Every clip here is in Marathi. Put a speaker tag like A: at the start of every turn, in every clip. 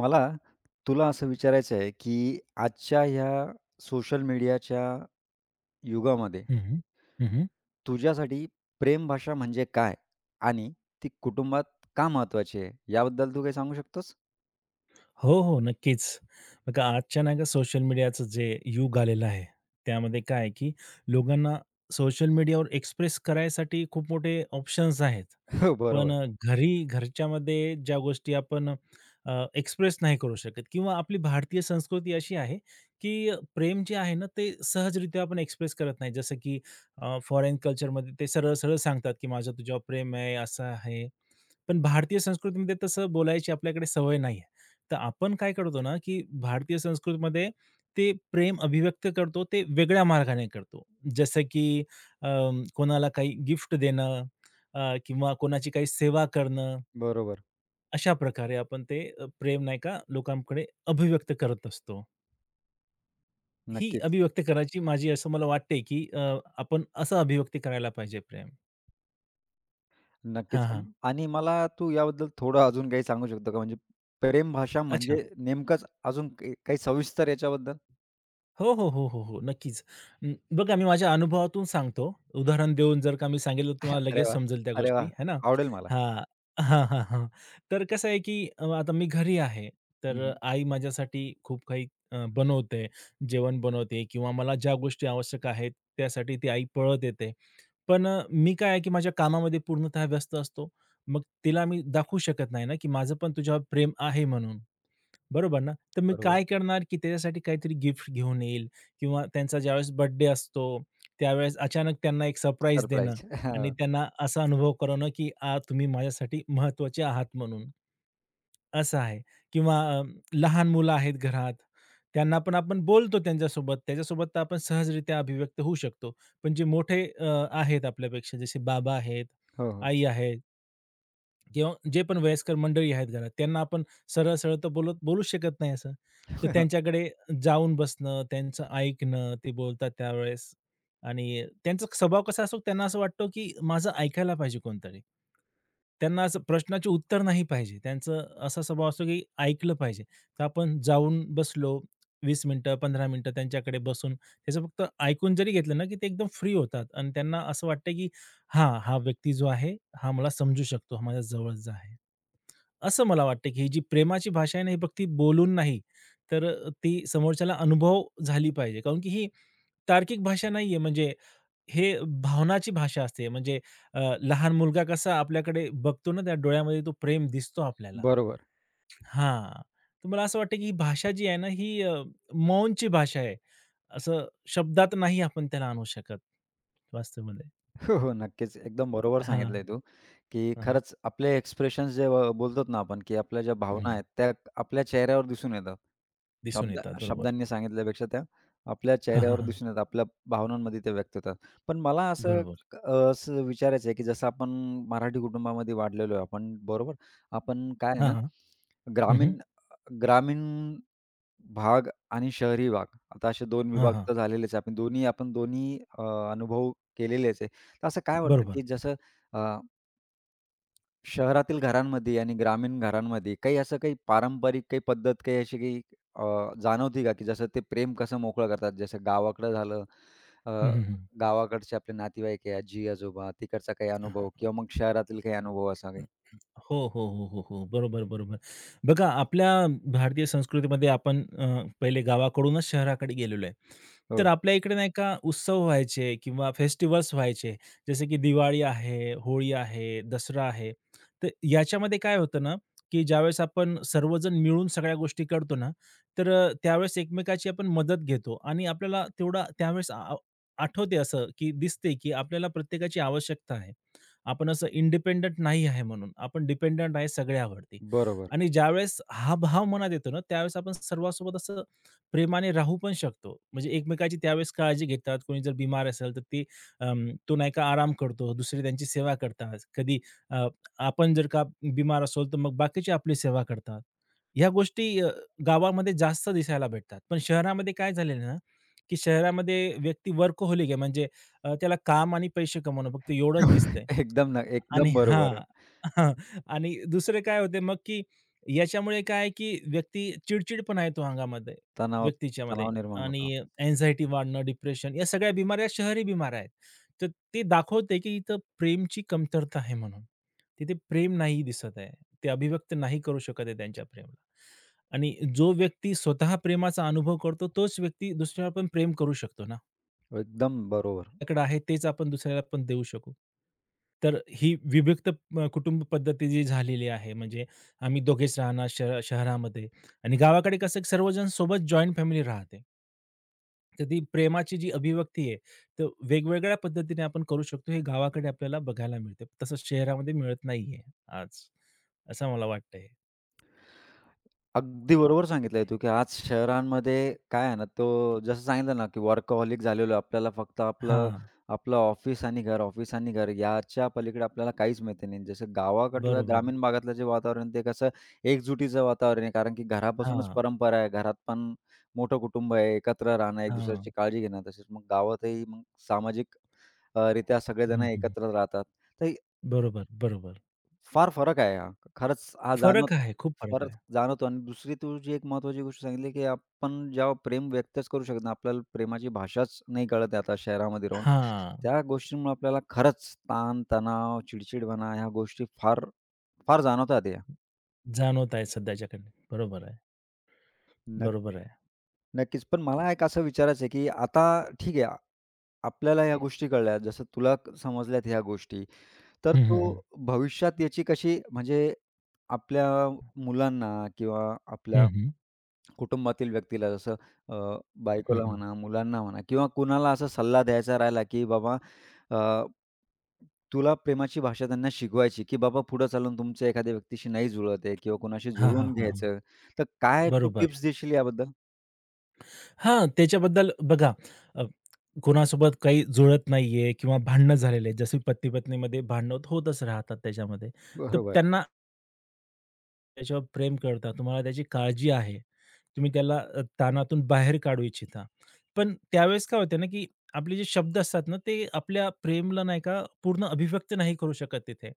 A: मला तुला असं विचारायचं आहे, की आजच्या ह्या सोशल मीडियाच्या युगामध्ये
B: Hı hı. Hı hı.
A: तुझ्यासाठी प्रेम भाषा म्हणजे काय? आणि ती कुटुंबात का महत्त्वाची आहे? याबद्दल तू काही सांगू शकतोस?
B: हो, हो. नक्कीच. बघा आजच्या नाही का सोशल मीडियाचं जे युग आलेलं आहे, त्यामध्ये काय आहे की लोकांना सोशल मीडियावर एक्सप्रेस करायसाठी खूप मोठे ऑप्शन्स आहेत.
A: हो,
B: पण
A: बरोबर.
B: घरी घरच्यामध्ये ज्या गोष्टी आपण एक्सप्रेस नाही करू शकत किंवा आपली भारतीय संस्कृती अशी आहे की प्रेम जे आहे ना, ते सहजरित्या आपण एक्सप्रेस करत नाही. जसं की फॉरेन कल्चरमध्ये ते सरळ-सरळ सांगतात की माझं तुझ्यावर प्रेम आहे, असं आहे. पण भारतीय संस्कृतीमध्ये तसं बोलायची आपल्याकडे सवय नाही. तर आपण काय करतो ना, की भारतीय संस्कृतीमध्ये ते प्रेम अभिव्यक्त करतो, ते वेगळ्या मार्गाने करतो. जसं की अ, कोणाला काही गिफ्ट देणं, किंवा कोणाची काही सेवा करणं,
A: बरोबर.
B: अशा प्रकारे आपण ते प्रेम नाही का लोकांकडे अभिव्यक्त करत असतो. ही
A: नक्कीच,
B: अभिव्यक्त करायची माझी असं मला वाटते, की आपण असं अभिव्यक्ती करायला पाहिजे प्रेम. हां,
A: नक्कीच.
B: हां.
A: आणि मला तू याबद्दल थोडं अजून काही सांगू शकतो का? म्हणजे प्रेम भाषा
B: अच्छा.
A: म्हणजे नेमकंच अजून का काही सविस्तर याच्याबद्दल?
B: हो, हो, हो, हो, हो. नक्कीच. बघा मी माझ्या अनुभवातून सांगतो. उदाहरण देऊन जर का मी सांगितलं तर तुम्हाला
A: अरे
B: लगेच
A: वाह!
B: समजेल त्या
A: अरे
B: गोष्टी,
A: वाह!
B: है ना?
A: आवडेल मला.
B: हां. हां, हां, हां. तर कसं आहे, की आता मी घरी आहे.
A: हं,
B: तर
A: हं.
B: आई माझ्यासाठी खूप काही बनवते, जेवण बनवते किंवा मला ज्या गोष्टी आवश्यक आहेत त्यासाठी ती आई पळत येते. पण मी काय आहे, की माझ्या कामामध्ये पूर्णतः व्यस्त असतो. मग तिला मी दाखवू शकत नाही ना, की माझं पण तुझ्यावर प्रेम आहे म्हणून. बरोबर ना. तर मी
A: बरोबर.
B: काय करणार, की त्याच्यासाठी काहीतरी गिफ्ट घेऊन येईल किंवा त्यांचा ज्यावेळेस बर्थडे असतो, त्यावेळेस अचानक त्यांना एक सरप्राईज देणं
A: सरप्राईज. हां.
B: आणि त्यांना असा अनुभव करवणं, की तुम्ही माझ्यासाठी महत्त्वाचे आहात म्हणून, असं आहे. किंवा लहान मुलं आहेत घरात, त्यांना पण आपण बोलतो त्यांच्यासोबत, त्याच्यासोबत तर आपण सहजरित्या अभिव्यक्त होऊ शकतो. पण जे मोठे आहेत आपल्यापेक्षा जसे बाबा आहेत,
A: हो, हो.
B: आई आहे, किंवा जे पण वयस्कर मंडळी आहेत घरात, त्यांना आपण सरळ-सरळ तर बोलत बोलूच शकत नाही असं. तर त्यांच्याकडे जाऊन बसणं, त्यांचं ऐकणं, ते बोलतात त्यावेळेस आणि त्यांचा स्वभाव कसा असतो, त्यांना असं वाटतो, की माझं ऐकायला पाहिजे कोणतरी. त्यांना असं प्रश्नाचे उत्तर नाही पाहिजे. त्यांचं असा स्वभाव असतो, की ऐकलं पाहिजे. तर आपण जाऊन बसलो 20 मिनिटं, 15 मिनिटं त्यांच्याकडे बसून त्याचं फक्त ऐकून जरी घेतलं ना, की ते एकदम फ्री होतात आणि त्यांना असं वाटतं, की हां, हा व्यक्ती जो आहे, हा मला समजू शकतो, हा माझ्या जवळचा आहे. असं मला वाटतं, की ही जी प्रेमाची भाषा आहे ना, ही फक्त बोलून नाही, तर ती समोरच्याला अनुभव झाली पाहिजे. कारण की ही तार्किक भाषा नाहीये, म्हणजे हे भावनाची भाषा असते. म्हणजे लहान मुलगा कसा आपल्याकडे बघतो ना, त्या डोळ्यामध्ये तो प्रेम दिसतो आपल्याला.
A: बरोबर.
B: हां, तर मला असं वाटतं, की ही भाषा जी आहे ना, ही मौनची भाषा आहे. असं शब्दात नाही आपण त्याला आणू शकत वास्तवमध्ये.
A: हो, हो. नक्कीच. एकदम बरोबर
B: हां,
A: सांगितलंय तू, की
B: हां,
A: खरंच आपले एक्सप्रेशन्स जे बोलतो ना आपण, की आपल्या ज्या भावना आहेत त्या आपल्या चेहऱ्यावर दिसून येतात.
B: दिसून
A: शब्द
B: येतात. बरोबर.
A: शब्दांनी सांगितल्यापेक्षा त्या आपल्या
B: हां, हां,
A: चेहऱ्यावर
B: हां.
A: दिसून येतात. आपल्या भावनांमध्ये ते व्यक्त होतात. पण मला असं
B: बरोबर.
A: असं विचारायचं आहे, की जसं आपण मराठी कुटुंबामध्ये वाढलेलो आहे आपण, बरोबर? आपण काय आहे
B: हां,
A: ना,
B: हां. हं, हं.
A: ग्रामीण ग्रामीण भाग आणि शहरी भाग. आता असे 2
B: हां,
A: विभाग
B: हां.
A: तर झालेलेच आहे. आपण दोन्ही अनुभव केलेलेच आहे. तर असं काय वाटतं,
B: बरोबर.
A: की जसं अ, शहरातील घरांमध्ये आणि ग्रामीण घरांमध्ये काही असं काही पारंपरिक काही पद्धत काही अशी काही जाणवती का, की जसं ते प्रेम कसं मोकळं करतात? जसं गावाकडं झालं अ,
B: हं, हं, हं.
A: गावाकडचे आपले नातेवाईक आहे, आजी-आजोबा तिकडचा काही अनुभव
B: हां.
A: किंवा मग शहरातील काही अनुभव असा काही?
B: हो, हो, हो, हो, हो. बरोबर, बरोबर. बघा आपल्या भारतीय संस्कृतीमध्ये आपण पहिले गावाकडूनच शहराकडे गेलेलो आहे. तर
A: हो,
B: आपल्या इकडे नाही का उत्सव व्हायचे किंवा फेस्टिव्हल्स व्हायचे. जसे की दिवाळी आहे, होळी आहे, दसरा आहे. तर याच्यामध्ये काय होतं ना, की ज्यावेळेस आपण सर्वजण मिळून सगळ्या गोष्टी करतो ना, तर त्यावेळेस एकमेकाची आपण मदत घेतो आणि आपल्याला तेवढा त्यावेळेस आठवते असं, की दिसते, की आपल्याला प्रत्येकाची आवश्यकता आहे. आपण असं इंडिपेंडंट नाही आहे म्हणून. आपण डिपेंडंट आहे सगळ्यावरती.
A: बरोबर.
B: आणि ज्यावेळेस हा भाव मनात येतो ना, त्यावेळेस आपण सर्वांसोबत असं प्रेमाने राहू पण शकतो. म्हणजे एकमेकाची त्यावेळेस काळजी घेतात. कोणी जर बिमार असेल, तर ते तो नाही का आराम करतो. दुसरे त्यांची सेवा करतात. कधी अ, आपण जर का बिमार असलो, तर मग बाकीचे आपली सेवा करतात. ह्या गोष्टी गावामध्ये जास्त दिसायला भेटतात. पण शहरामध्ये काय झालेलं ना, की शहरामध्ये व्यक्ती वर्कहोलिक आहे. म्हणजे त्याला काम आणि पैसे कमावणं फक्त एवढंच दिसतंय.
A: एकदम
B: आणि हां.
A: बरोबर.
B: हां. आणि दुसरं काय होते मग, की याच्यामुळे काय आहे, की व्यक्ती चिडचिड पण आहे तो अंगामध्ये
A: तणाव
B: व्यक्तीच्यामध्ये
A: तणाव निर्माण
B: आणि
A: होतो.
B: अँक्झायटी वाढणं, डिप्रेशन या सगळ्या बिमाऱ्या शहरी बिमाऱ्या आहेत. तर ते दाखवते, की इथं प्रेमची कमतरता आहे म्हणून. तिथे प्रेम नाही दिसत आहे. ते अभिव्यक्त नाही करू शकत आहे त्यांच्या प्रेमाला. आणि जो व्यक्ती स्वतः प्रेमाचा अनुभव करतो, तोच व्यक्ती दुसऱ्यावर पण प्रेम करू शकतो ना.
A: एकदम बरोबर.
B: आपल्याकडे आहे तेच आपण दुसऱ्याला पण देऊ शकू. तर ही विभक्त कुटुंब पद्धती जी झालेली आहे, म्हणजे आम्ही दोघेच राहणार शहरामध्ये आणि गावाकडे कसं सर्वजण सोबत जॉइंट फॅमिली राहते. तर ती प्रेमाची जी अभिव्यक्ती आहे, तर वेगवेगळ्या पद्धतीने आपण करू शकतो. हे गावाकडे आपल्याला बघायला मिळते. तसं शहरामध्ये मिळत नाहीये आज, असं मला वाटतंय.
A: अगदी बरोबर सांगितलंय तू, की आज शहरांमध्ये काय आहे ना, तो जसं सांगितलं ना, की वर्कहॉलिक झालेलो आहे. आपल्याला फक्त आपलं
B: हां,
A: आपलं ऑफिस आणि घर, ऑफिस आणि घर याच्या पलीकडे आपल्याला काहीच माहिती नाही. जसं गावाकडलं
B: बरोबर.
A: ग्रामीण भागातलं जे वातावरण ते कसं एकजुटीचं वातावरण आहे. कारण की घरापासूनच
B: हां,
A: परंपरा आहे. घरात पण मोठं कुटुंब आहे, एकत्र राहणं, एक
B: हां.
A: दुसऱ्याची काळजी घेणं. तसेच मग गावातही मग सामाजिक रित्या सगळेजण
B: हं, हं.
A: एकत्र राहतात. तर
B: बरोबर, बरोबर.
A: फार फरक आहे हा. खरंच हा
B: फरक
A: जाणवतो.
B: आहे, खूप फरक
A: फरक
B: आहे.
A: जाणवतो आणि दुसरी तू जी एक महत्त्वाची गोष्ट सांगितली, की आपण जेव्हा प्रेम व्यक्तच करू शकत नाही, आपल्याला प्रेमाची भाषाच नाही कळत आहे आता शहरामध्ये राहून.
B: हां.
A: त्या गोष्टींमुळे आपल्याला खरंच ताण-तणाव, चिडचिडपणा ह्या गोष्टी फार, फार जाणवतात या.
B: जाणवत आहे सध्याच्या कंडिशन बरोबर आहे,
A: नक्क
B: बरोबर आहे.
A: नक्कीच. पण मला एक असं विचारायचं आहे, की आता ठीक आहे, आपल्याला ह्या गोष्टी कळल्या, जसं तुला समजल्यात ह्या गोष्टी. तर
B: हं, हं,
A: तू
B: हं.
A: भविष्यात याची कशी म्हणजे आपल्या मुलांना किंवा आपल्या
B: हं, हं.
A: कुटुंबातील व्यक्तीला जसं अ,
B: हं,
A: बायकोला
B: हं.
A: म्हणा, मुलांना म्हणा किंवा कुणाला असा सल्ला द्यायचा राहिला, की बाबा अ, तुला प्रेमाची भाषा त्यांना शिकवायची, की बाबा पुढे चालून तुमचं एखाद्या व्यक्तीशी नाही जुळत आहे किंवा कोणाशी
B: हां, हां,
A: जुळवून
B: हां, हां.
A: घ्यायचं. तर काय तू
B: बरोबर.
A: टिप्स देशील याबद्दल?
B: हां, त्याच्याबद्दल बघा अ, कोणासोबत काही जुळत नाहीये किंवा भांडणं झालेले आहेत, जसे पती-पत्नीमध्ये भांडणं होतच राहतात त्याच्यामध्ये. तर
A: बरोबर,
B: त्यांना त्याच्यावर प्रेम करता, तुम्हाला त्याची काळजी आहे. तुम्ही त्याला ताणातून बाहेर काढू इच्छिता. पण त्यावेळेस काय होतं ना, की आपले जे शब्द असतात ना, ते आपल्या प्रेमला नाही का पूर्ण अभिव्यक्त नाही करू शकत तिथे.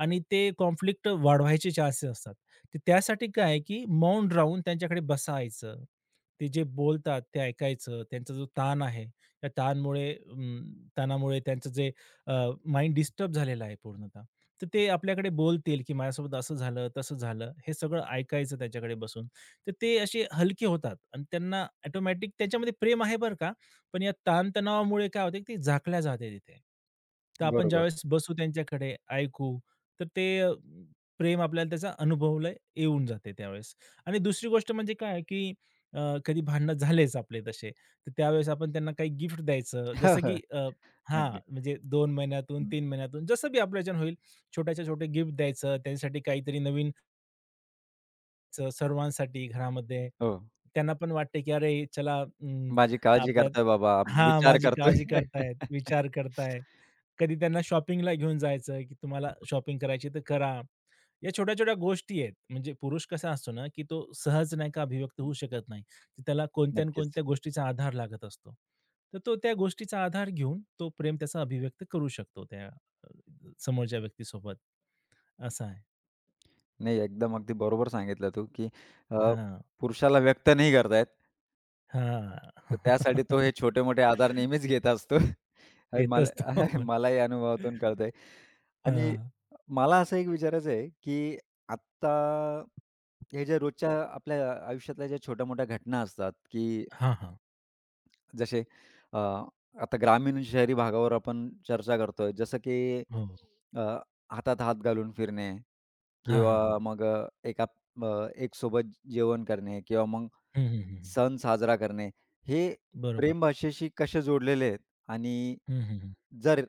B: आणि ते कॉन्फ्लिक्ट वाढवायचे चान्सेस असतात. तर त्यासाठी काय आहे, की मौन राहून त्यांच्याकडे बसायचं. ते जे बोलतात ते ऐकायचं. त्यांचा जो ताण आहे, त्या ताणामुळे त्यांचं जे माइंड डिस्टर्ब झालेलं आहे पूर्णतः. तर ते आपल्याकडे बोलतील, की माझ्यासोबत असं झालं, तसं झालं. हे सगळं ऐकायचं त्याच्याकडे बसून. तर ते असे हलके होतात आणि त्यांना ऑटोमॅटिक त्याच्यामध्ये प्रेम आहे बरं का, पण या ताणतणावामुळे काय होते, ते झाकल्या जाते तिथे. तर आपण
A: बरोबर.
B: ज्यावेळेस बसू त्यांच्याकडे, ऐकू, तर ते प्रेम आपल्याला त्याचा अनुभवला येऊन जाते त्यावेळेस. आणि दुसरी गोष्ट म्हणजे काय की अ, कधी भांडणं झालेच आपले तसे, तर त्यावेळेस आपण त्यांना काही गिफ्ट द्यायचं. जसं की हां,
A: अगदी.
B: म्हणजे 2 महिन्यातून, 3 महिन्यातून जसं बी आपल्याच्यानं होईल छोट्याच्या छोटे गिफ्ट द्यायचं, त्यांच्यासाठी काहीतरी नवीन सर्वांसाठी घरामध्ये.
A: हो.
B: त्यांना पण वाटते, की अरे चला
A: माझी काळजी
B: आपल्या
A: करतोय बाबा,
B: हां,
A: विचार
B: माझी
A: करतोय.
B: काळजी करतायत, विचार करताय. कधी त्यांना शॉपिंगला घेऊन जायचं, की तुम्हाला शॉपिंग करायची तर करा. या छोट्या-छोट्या गोष्टी आहेत. म्हणजे पुरुष कसा असतो ना, की तो सहज नाही का अभिव्यक्त होऊ शकत नाही. की त्याला कोणत्या ना
A: नक्कीच.
B: कोणत्या गोष्टीचा आधार लागत असतो. तर तो त्या गोष्टीचा आधार घेऊन तो प्रेम त्याचा अभिव्यक्त करू शकतो त्या अ, समोरच्या व्यक्तीसोबत. असं आहे.
A: नाही एकदम अगदी बरोबर सांगितलं तू, की अ,
B: हां.
A: पुरुषाला व्यक्त नाही करता
B: हां.
A: तर त्यासाठी तो हे छोटे-मोठे आधार नेहमीच घेत असतो. हे
B: येतच
A: मला
B: तो.
A: मलाही अनुभवातून कळतंय. आणि
B: हां.
A: मला असं एक विचारायचं आहे, की आत्ता हे ज्या रोजच्या आपल्या आयुष्यातल्या ज्या छोट्या-मोठ्या घटना असतात, की
B: हां, हां.
A: जसे अ, आता ग्रामीण आणि शहरी भागावर आपण चर्चा करतोय. जसं की
B: हो.
A: अ, हातात हात घालून फिरणे
B: हां, हां, हां.
A: किंवा मग एका अ, एक सोबत जेवण करणे किंवा मग
B: हं, हं, हं.
A: सण साजरा करणे, हे
B: बरोबर.
A: प्रेम भाषेशी कसे जोडलेले आहेत आणि
B: हं, हं,
A: जर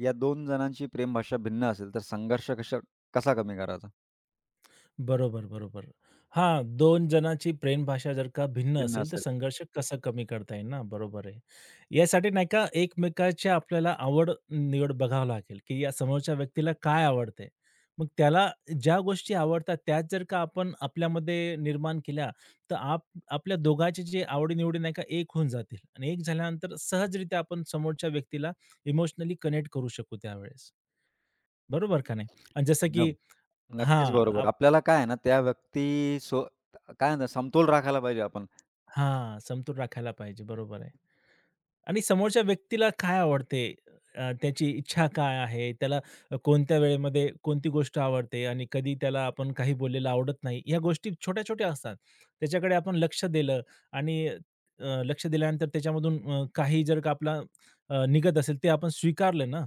A: या दोन जणांची प्रेम भाषा भिन्न असेल, तर संघर्ष कसा कमी करायचा?
B: बरोबर, बरोबर. हां, दोन जणांची प्रेम भाषा जर का भिन्न
A: भिन्न
B: असेल, तर
A: असेल
B: संघर्ष कसं कमी करता येईल ना? बरोबर आहे. यासाठी नाही का एकमेकाची आपल्याला आवड-निवड बघावं लागेल, की या समोरच्या व्यक्तीला काय आवडते. मग त्याला ज्या गोष्टी आवडतात त्याच जर का आपण आपल्यामध्ये निर्माण केल्या, तर आपल्या दोघांचे जे आवडी नाही का एक होऊन जातील आणि एक झाल्यानंतर सहजरित्या आपण समोरच्या व्यक्तीला इमोशनली कनेक्ट करू शकू त्यावेळेस. बरोबर का नाही? आणि जसं की
A: एकदम. नक्कीच
B: हां.
A: बरोबर. आपल्याला काय आहे ना, त्या व्यक्ती सो काय म्हणतात समतोल राखायला पाहिजे आपण.
B: हां, समतोल राखायला पाहिजे. बरोबर आहे. आणि समोरच्या व्यक्तीला काय आवडते? त्याची इच्छा काय आहे? त्याला कोणत्या वेळेमध्ये कोणती गोष्ट आवडते आणि कधी त्याला आपण काही बोललेलं आवडत नाही. ह्या गोष्टी छोट्या-छोट्या असतात. त्याच्याकडे आपण लक्ष दिलं आणि लक्ष दिल्यानंतर त्याच्यामधून काही जर का आपला निघत असेल ते आपण स्वीकारलं ना,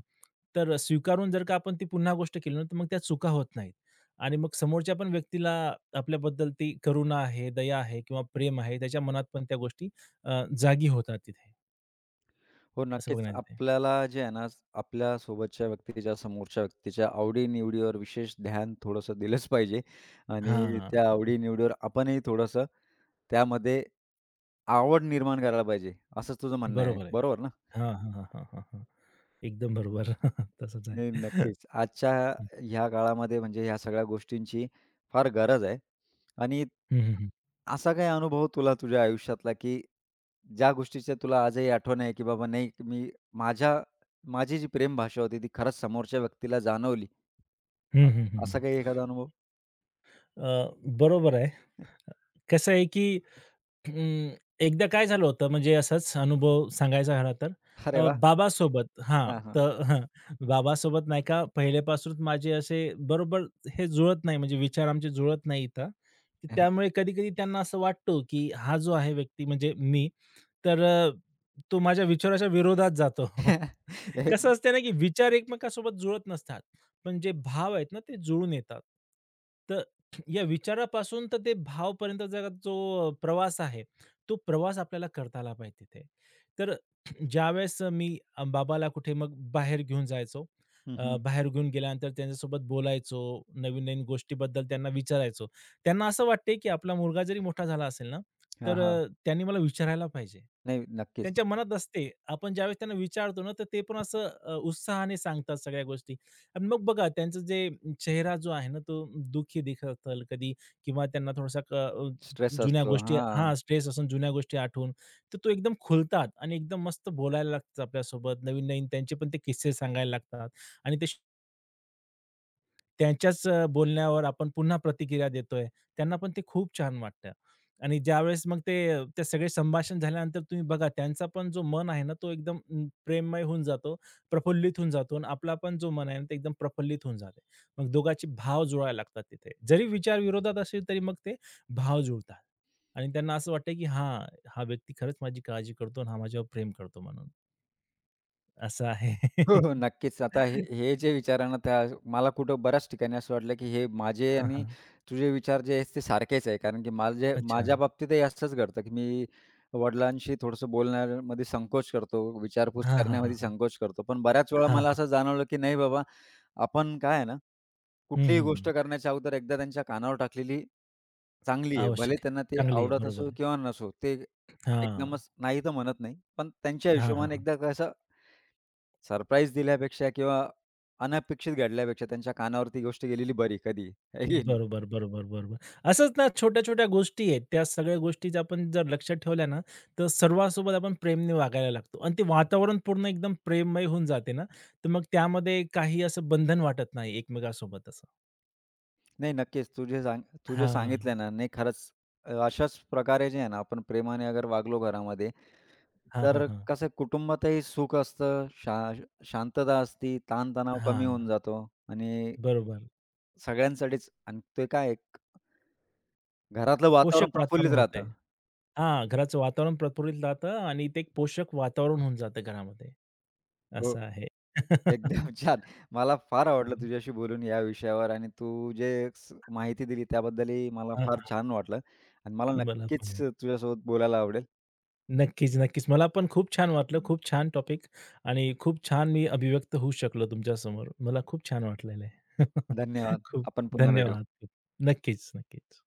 B: तर स्वीकारून जर का आपण ती पुन्हा गोष्ट केली ना, तर मग त्या चुका होत नाहीत. आणि मग समोरच्या पण व्यक्तीला आपल्याबद्दल ती करुणा आहे, दया आहे किंवा प्रेम आहे त्याच्या मनात पण त्या गोष्टी जागी होतात तिथे.
A: हो,
B: असं बघ
A: नक्कीच.
B: ना तिथे.
A: आपल्याला जे आहे ना, आपल्या सोबतच्या व्यक्तीच्या, समोरच्या व्यक्तीच्या आवडी विशेष ध्यान थोडंसं दिलंच पाहिजे आणि
B: हां,
A: त्या आवडी आपणही थोडंसं त्यामध्ये आवड निर्माण करायला पाहिजे, असंच तुझं म्हणणं आहे.
B: बरोबर आहे.
A: बरोबर ना?
B: हां, हां, हां, हां, हां, हां. एकदम
A: हं, हं.
B: बरोबर. तसंच
A: नाही,
B: आहे.
A: नक्कीच. आजच्या ह्या काळामध्ये म्हणजे ह्या सगळ्या गोष्टींची फार गरज आहे आणि
B: हं, हं, हं, हं.
A: असा काही अनुभव तुला तुझ्या आयुष्यातला, की ज्या गोष्टीची तुला आजही आठवण आहे, की बाबा नाही मी माझ्या माझी जी प्रेमभाषा होती ती खरंच समोरच्या व्यक्तीला जाणवली,
B: हं, हं,
A: असा
B: हं,
A: काही एखादा अनुभव?
B: अ, बरोबर आहे. कसं आहे की अं, एकदा काय झालं होतं म्हणजे असाच अनुभव सांगायचा झाला तर
A: अरे वाह!
B: बाबासोबत हां,
A: हां, हां.
B: तर हं, बाबासोबत नाही का पहिल्यापासूनच माझे असे बरोबर हे जुळत नाही म्हणजे विचार आमचे जुळत नाही इथं. की त्यामुळे कधी-कधी त्यांना असं वाटतो, की हा जो आहे व्यक्ती म्हणजे मी, तर तो माझ्या विचाराच्या विरोधात जातो. कसं असते ना, की विचार एकमेकांसोबत जुळत नसतात, पण जे भाव आहेत ना, ते जुळून येतात. तर या विचारापासून तर ते भावपर्यंतचा जो प्रवास आहे, तो प्रवास आपल्याला करता आला पाहिजे तिथे. तर ज्यावेळेस मी बाबाला कुठे मग बाहेर घेऊन जायचो.
A: हं, हं.
B: बाहेर घेऊन गेल्यानंतर त्यांच्यासोबत बोलायचो, नवीन-नवीन गोष्टीबद्दल त्यांना विचारायचो. त्यांना असं वाटतंय, की आपला मुलगा जरी मोठा झाला असेल ना,
A: हां,
B: तर
A: हां.
B: त्यांनी मला विचारायला पाहिजे.
A: नाही, नक्कीच.
B: त्यांच्या मनात असते. आपण ज्यावेळेस त्यांना विचारतो ना, तर ते पण असं उत्साहाने सांगतात सगळ्या गोष्टी आणि मग बघा त्यांचं जे चेहरा जो आहे ना, तो दुःखी दिसत असेल कधी किंवा त्यांना थोडासा
A: स्ट्रेस
B: जुन्या
A: असतो.
B: गोष्टी हां,
A: हां.
B: स्ट्रेस असून जुन्या गोष्टी आठवून, तर तो एकदम खुलतात आणि एकदम मस्त बोलायला लागतात आपल्यासोबत. नवीन-नवीन त्यांचे पण ते किस्से सांगायला लागतात आणि ते त्यांच्याच बोलण्यावर आपण पुन्हा प्रतिक्रिया देतोय. त्यांना पण ते खूप छान वाटतं आणि ज्यावेळेस मग ते ते सगळे संभाषण झाल्यानंतर तुम्ही बघा त्यांचा पण जो मन आहे ना, तो एकदम प्रेममय होऊन जातो, प्रफुल्लित होऊन जातो आणि आपला पण जो मन आहे ना, ते एकदम प्रफुल्लित होऊन जाते. मग दोघांचे भाव जुळायला लागतात तिथे. जरी विचार विरोधात असेल तरी मग ते भाव जुळतात आणि त्यांना असं वाटतं, की हां, हा व्यक्ती खरंच माझी काळजी करतो आणि हा माझ्यावर प्रेम करतो म्हणून. असं आहे.
A: हो, हो. नक्कीच. आता हे हे जे विचार आहे ना, त्या मला कुठं बऱ्याच ठिकाणी असं वाटलं, की हे माझे
B: हां,
A: आणि
B: हां.
A: तुझे विचार जे आहेत ते सारखेच आहे. कारण की माझे
B: अच्छा.
A: माझ्या बाबतीतही असंच घडतं, की मी वडिलांशी थोडंसं बोलण्यामध्ये संकोच करतो, विचारपूस
B: हां, हां, हां,
A: करण्यामध्ये
B: हां.
A: संकोच करतो. पण बऱ्याच वेळा मला
B: हां,
A: असं जाणवलं, की नाही बाबा, आपण काय आहे ना,
B: हं,
A: कुठलीही
B: हं,
A: गोष्ट
B: हं.
A: करण्याच्या अगोदर एकदा त्यांच्या कानावर टाकलेली चांगली आहे. भले
B: आवश्यक आहे.
A: त्यांना ते
B: चांगली आहे.
A: आवडत
B: बरोबर
A: असो
B: आहे.
A: किंवा नसो, ते
B: हां.
A: एकदमच नाही तर म्हणत नाही. पण त्यांच्या
B: हां, हां,
A: हिशोबाने
B: हां.
A: एकदा कसं सरप्राईज दिल्यापेक्षा किंवा अनपेक्षित घडल्यापेक्षा त्यांच्या कानावरती गोष्ट गेलेली बरी कधी, आहे की नाही?
B: बरोबर, बरोबर, बरोबर. असंच ना छोट्या-छोट्या गोष्टी आहेत. त्या सगळ्या गोष्टी जर आपण जर लक्षात ठेवल्या ना, तर सर्वांसोबत आपण प्रेमाने वागायला लागतो आणि ते वातावरण पूर्ण एकदम प्रेममय होऊन जाते ना, तर मग त्यामध्ये काही असं बंधन वाटत नाही एकमेकांसोबत असं.
A: नाही, नक्कीच. तू जे
B: हां.
A: सांगितलं ना, नाही खरंच अशाच प्रकारे जे आहे ना, आपण प्रेमाने अगर वागलो घरामध्ये,
B: हां, हां,
A: तर
B: हां.
A: कसं कुटुंबातही सुख असतं, शांतता असती, ताणतणाव कमी
B: हां.
A: होऊन जातो आणि
B: बरोबर.
A: सगळ्यांसाठीच आणि ते काय आहे, घरातलं वातावरण
B: पोषक
A: प्रफुल्लित
B: वातावरण होतंय.
A: राहतं.
B: हां, घराचं वातावरण प्रफुल्लित राहतं आणि ते एक पोषक वातावरण होऊन जातं घरामध्ये.
A: हो.
B: असं आहे.
A: एकदम छान. मला फार आवडलं तुझ्याशी बोलून या विषयावर आणि तू जे माहिती दिली त्याबद्दलही मला
B: हां,
A: फार
B: हां.
A: छान वाटलं आणि मला
B: मला
A: नक्कीच
B: पण.
A: तुझ्यासोबत बोलायला आवडेल.
B: नक्कीच, नक्कीच. मला पण खूप छान वाटलं. खूप छान टॉपिक आणि खूप छान मी अभिव्यक्त होऊ शकलो तुमच्यासमोर. मला खूप छान वाटलेलं आहे.
A: धन्यवाद.
B: खूप
A: आपण पुन्हा भेटू.
B: धन्यवाद. नक्कीच, नक्कीच.